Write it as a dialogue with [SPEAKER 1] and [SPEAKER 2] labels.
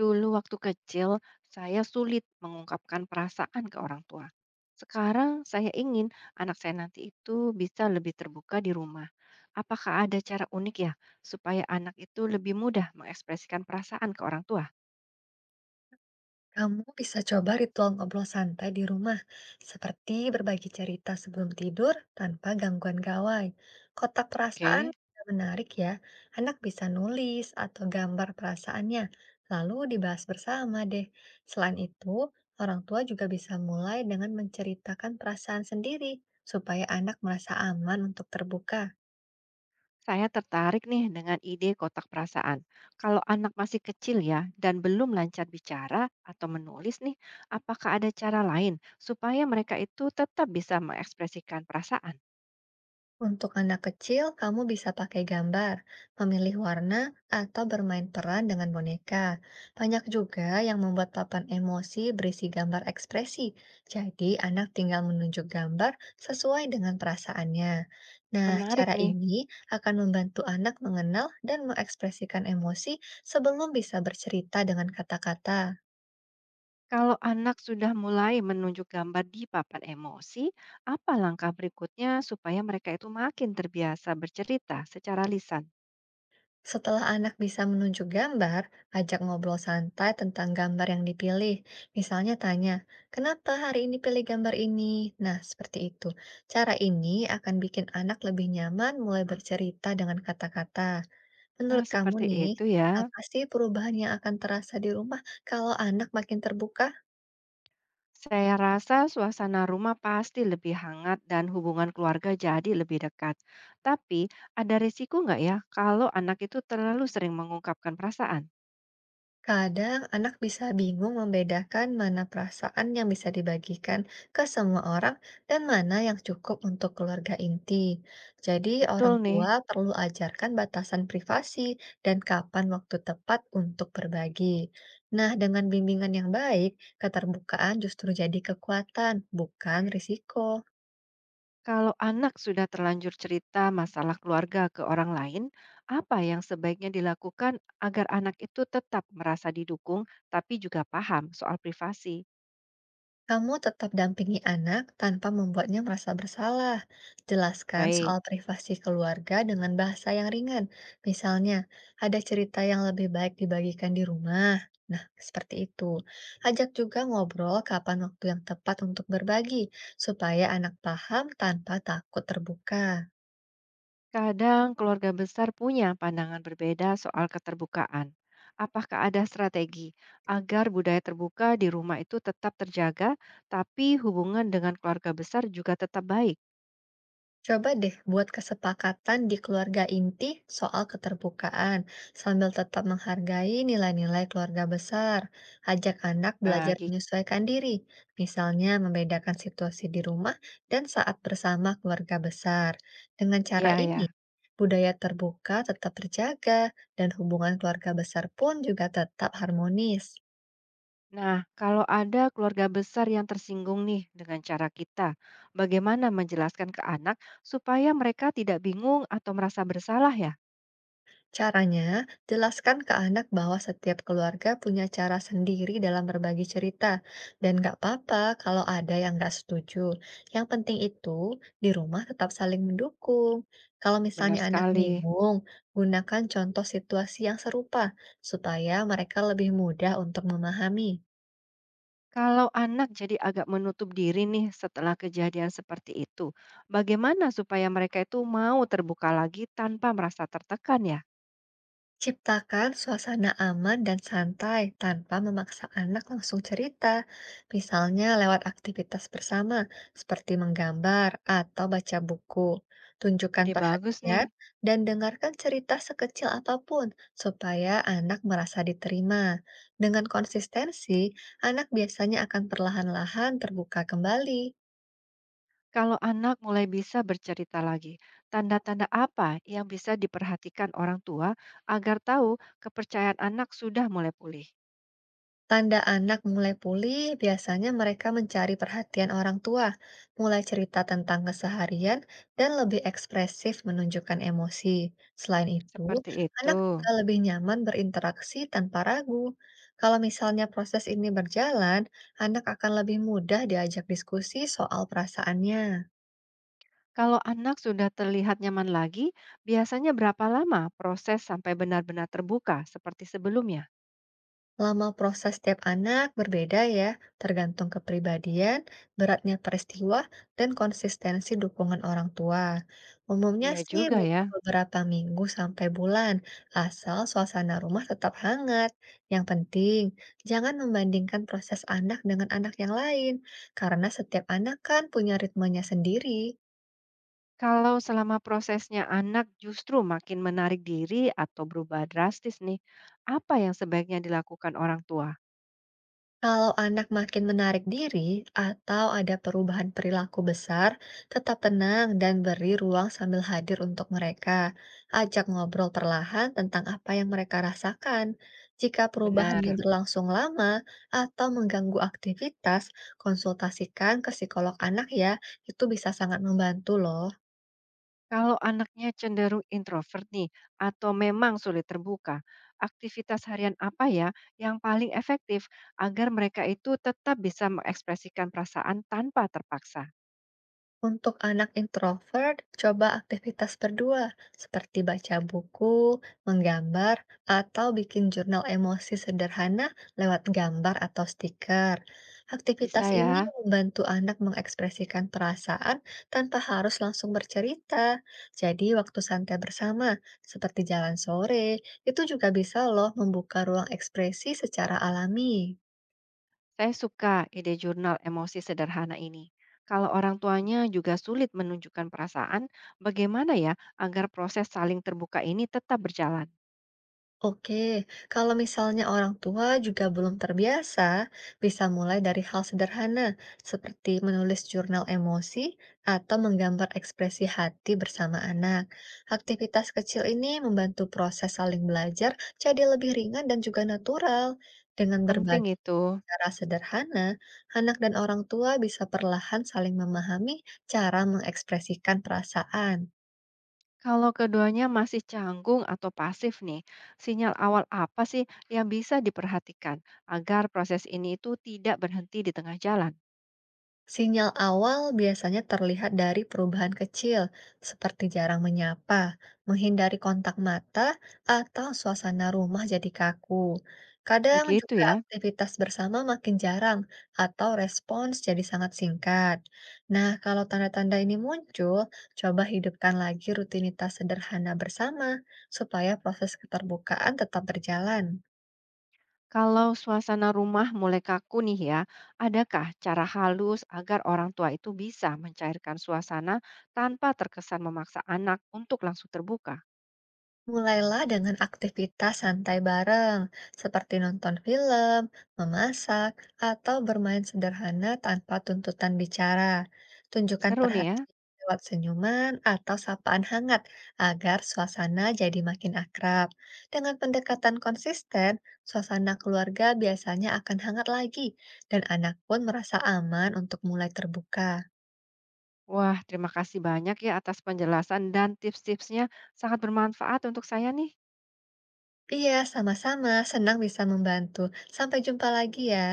[SPEAKER 1] Dulu waktu kecil, saya sulit mengungkapkan perasaan ke orang tua. Sekarang saya ingin anak saya nanti itu bisa lebih terbuka di rumah. Apakah ada cara unik ya supaya anak itu lebih mudah mengekspresikan perasaan ke orang tua?
[SPEAKER 2] Kamu bisa coba ritual ngobrol santai di rumah, seperti berbagi cerita sebelum tidur tanpa gangguan gawai. Kotak perasaan
[SPEAKER 1] Oke,
[SPEAKER 2] juga menarik ya. Anak bisa nulis atau gambar perasaannya, lalu dibahas bersama deh. Selain itu, orang tua juga bisa mulai dengan menceritakan perasaan sendiri, supaya anak merasa aman untuk terbuka.
[SPEAKER 1] saya tertarik nih dengan ide kotak perasaan. Kalau anak masih kecil ya dan belum lancar bicara atau menulis nih, apakah ada cara lain supaya mereka itu tetap bisa mengekspresikan perasaan?
[SPEAKER 2] Untuk anak kecil, kamu bisa pakai gambar, memilih warna, atau bermain peran dengan boneka. Banyak juga yang membuat papan emosi berisi gambar ekspresi, jadi anak tinggal menunjuk gambar sesuai dengan perasaannya. Nah,
[SPEAKER 1] Menarik
[SPEAKER 2] cara
[SPEAKER 1] nih.
[SPEAKER 2] ini akan membantu anak mengenal dan mengekspresikan emosi sebelum bisa bercerita dengan kata-kata.
[SPEAKER 1] Kalau anak sudah mulai menunjuk gambar di papan emosi, apa langkah berikutnya supaya mereka itu makin terbiasa bercerita secara lisan?
[SPEAKER 2] Setelah anak bisa menunjuk gambar, ajak ngobrol santai tentang gambar yang dipilih. Misalnya tanya, kenapa hari ini pilih gambar ini? Nah, seperti itu. Cara ini akan bikin anak lebih nyaman mulai bercerita dengan kata-kata.
[SPEAKER 1] Eh,
[SPEAKER 2] Menurut kamu
[SPEAKER 1] seperti
[SPEAKER 2] nih,
[SPEAKER 1] itu ya.
[SPEAKER 2] apa sih perubahan yang akan terasa di rumah kalau anak makin terbuka?
[SPEAKER 1] Saya rasa suasana rumah pasti lebih hangat dan hubungan keluarga jadi lebih dekat. Tapi ada risiko nggak ya kalau anak itu terlalu sering mengungkapkan perasaan?
[SPEAKER 2] Kadang anak bisa bingung membedakan mana perasaan yang bisa dibagikan ke semua orang dan mana yang cukup untuk keluarga inti. Jadi,
[SPEAKER 1] Betul
[SPEAKER 2] orang tua
[SPEAKER 1] nih.
[SPEAKER 2] perlu ajarkan batasan privasi dan kapan waktu tepat untuk berbagi. Nah, dengan bimbingan yang baik, keterbukaan justru jadi kekuatan, bukan risiko.
[SPEAKER 1] Kalau anak sudah terlanjur cerita masalah keluarga ke orang lain, apa yang sebaiknya dilakukan agar anak itu tetap merasa didukung tapi juga paham soal privasi?
[SPEAKER 2] Kamu tetap dampingi anak tanpa membuatnya merasa bersalah. Jelaskan soal
[SPEAKER 1] Baik,
[SPEAKER 2] privasi keluarga dengan bahasa yang ringan. Misalnya, ada cerita yang lebih baik dibagikan di rumah. Nah, seperti itu. Ajak juga ngobrol kapan waktu yang tepat untuk berbagi, supaya anak paham tanpa takut terbuka.
[SPEAKER 1] kadang keluarga besar punya pandangan berbeda soal keterbukaan. Apakah ada strategi agar budaya terbuka di rumah itu tetap terjaga, tapi hubungan dengan keluarga besar juga tetap baik?
[SPEAKER 2] Coba deh buat kesepakatan di keluarga inti soal keterbukaan, sambil tetap menghargai nilai-nilai keluarga besar. Ajak anak belajar
[SPEAKER 1] Bagi
[SPEAKER 2] menyesuaikan diri, misalnya membedakan situasi di rumah dan saat bersama keluarga besar. Dengan cara
[SPEAKER 1] ya,
[SPEAKER 2] ini,
[SPEAKER 1] ya.
[SPEAKER 2] budaya terbuka tetap terjaga dan hubungan keluarga besar pun juga tetap harmonis.
[SPEAKER 1] Nah, kalau ada keluarga besar yang tersinggung nih dengan cara kita, bagaimana menjelaskan ke anak supaya mereka tidak bingung atau merasa bersalah ya?
[SPEAKER 2] Caranya, jelaskan ke anak bahwa setiap keluarga punya cara sendiri dalam berbagi cerita, dan nggak apa-apa kalau ada yang nggak setuju. Yang penting itu, di rumah tetap saling mendukung. Kalau
[SPEAKER 1] Benar
[SPEAKER 2] misalnya anak
[SPEAKER 1] sekali.
[SPEAKER 2] bingung, gunakan contoh situasi yang serupa, supaya mereka lebih mudah untuk memahami.
[SPEAKER 1] Kalau anak jadi agak menutup diri nih setelah kejadian seperti itu, bagaimana supaya mereka itu mau terbuka lagi tanpa merasa tertekan ya?
[SPEAKER 2] Ciptakan suasana aman dan santai tanpa memaksa anak langsung cerita, misalnya lewat aktivitas bersama seperti menggambar atau baca buku. Tunjukkan
[SPEAKER 1] Ide bagus
[SPEAKER 2] perhatian
[SPEAKER 1] nih.
[SPEAKER 2] dan dengarkan cerita sekecil apapun supaya anak merasa diterima. Dengan konsistensi, anak biasanya akan perlahan-lahan terbuka kembali.
[SPEAKER 1] Kalau anak mulai bisa bercerita lagi, tanda-tanda apa yang bisa diperhatikan orang tua agar tahu kepercayaan anak sudah mulai pulih?
[SPEAKER 2] Tanda anak mulai pulih, biasanya mereka mencari perhatian orang tua, mulai cerita tentang keseharian, dan lebih ekspresif menunjukkan emosi. Selain itu,
[SPEAKER 1] Seperti itu.
[SPEAKER 2] anak juga lebih nyaman berinteraksi tanpa ragu. Kalau misalnya proses ini berjalan, anak akan lebih mudah diajak diskusi soal perasaannya.
[SPEAKER 1] Kalau anak sudah terlihat nyaman lagi, biasanya berapa lama proses sampai benar-benar terbuka seperti sebelumnya?
[SPEAKER 2] Lama proses setiap anak berbeda ya, tergantung kepribadian, beratnya peristiwa, dan konsistensi dukungan orang tua. Umumnya
[SPEAKER 1] Iya
[SPEAKER 2] sih
[SPEAKER 1] juga ya.
[SPEAKER 2] butuh beberapa minggu sampai bulan, asal suasana rumah tetap hangat. Yang penting, jangan membandingkan proses anak dengan anak yang lain, karena setiap anak kan punya ritmenya sendiri.
[SPEAKER 1] Kalau selama prosesnya anak justru makin menarik diri atau berubah drastis nih, apa yang sebaiknya dilakukan orang tua?
[SPEAKER 2] Kalau anak makin menarik diri atau ada perubahan perilaku besar, tetap tenang dan beri ruang sambil hadir untuk mereka. Ajak ngobrol perlahan tentang apa yang mereka rasakan. Jika perubahannya
[SPEAKER 1] Benar.
[SPEAKER 2] berlangsung lama atau mengganggu aktivitas, konsultasikan ke psikolog anak ya, itu bisa sangat membantu loh.
[SPEAKER 1] Kalau anaknya cenderung introvert nih, atau memang sulit terbuka, aktivitas harian apa ya yang paling efektif agar mereka itu tetap bisa mengekspresikan perasaan tanpa terpaksa?
[SPEAKER 2] Untuk anak introvert, coba aktivitas berdua seperti baca buku, menggambar, atau bikin jurnal emosi sederhana lewat gambar atau stiker.
[SPEAKER 1] Bisa
[SPEAKER 2] Aktivitas ini
[SPEAKER 1] ya,
[SPEAKER 2] membantu anak mengekspresikan perasaan tanpa harus langsung bercerita. Jadi, waktu santai bersama, seperti jalan sore, itu juga bisa loh membuka ruang ekspresi secara alami.
[SPEAKER 1] saya suka ide jurnal emosi sederhana ini. Kalau orang tuanya juga sulit menunjukkan perasaan, bagaimana ya agar proses saling terbuka ini tetap berjalan?
[SPEAKER 2] Oke, kalau misalnya orang tua juga belum terbiasa, bisa mulai dari hal sederhana seperti menulis jurnal emosi atau menggambar ekspresi hati bersama anak. Aktivitas kecil ini membantu proses saling belajar jadi lebih ringan dan juga natural. Dengan
[SPEAKER 1] Penting
[SPEAKER 2] berbagi
[SPEAKER 1] itu.
[SPEAKER 2] cara sederhana, anak dan orang tua bisa perlahan saling memahami cara mengekspresikan perasaan.
[SPEAKER 1] Kalau keduanya masih canggung atau pasif nih, sinyal awal apa sih yang bisa diperhatikan agar proses ini itu tidak berhenti di tengah jalan?
[SPEAKER 2] Sinyal awal biasanya terlihat dari perubahan kecil, seperti jarang menyapa, menghindari kontak mata, atau suasana rumah jadi kaku. Kadang
[SPEAKER 1] Begitu
[SPEAKER 2] juga
[SPEAKER 1] ya.
[SPEAKER 2] aktivitas bersama makin jarang, atau respons jadi sangat singkat. Nah, kalau tanda-tanda ini muncul, coba hidupkan lagi rutinitas sederhana bersama, supaya proses keterbukaan tetap berjalan.
[SPEAKER 1] Kalau suasana rumah mulai kaku nih ya, adakah cara halus agar orang tua itu bisa mencairkan suasana tanpa terkesan memaksa anak untuk langsung terbuka?
[SPEAKER 2] Mulailah dengan aktivitas santai bareng, seperti nonton film, memasak, atau bermain sederhana tanpa tuntutan bicara. Tunjukkan
[SPEAKER 1] Seru nih ya.
[SPEAKER 2] perhatian lewat senyuman atau sapaan hangat agar suasana jadi makin akrab. Dengan pendekatan konsisten, suasana keluarga biasanya akan hangat lagi, dan anak pun merasa aman untuk mulai terbuka.
[SPEAKER 1] Wah, terima kasih banyak ya atas penjelasan dan tips-tipsnya. Sangat bermanfaat untuk saya nih.
[SPEAKER 2] Iya, sama-sama. Senang bisa membantu. Sampai jumpa lagi ya.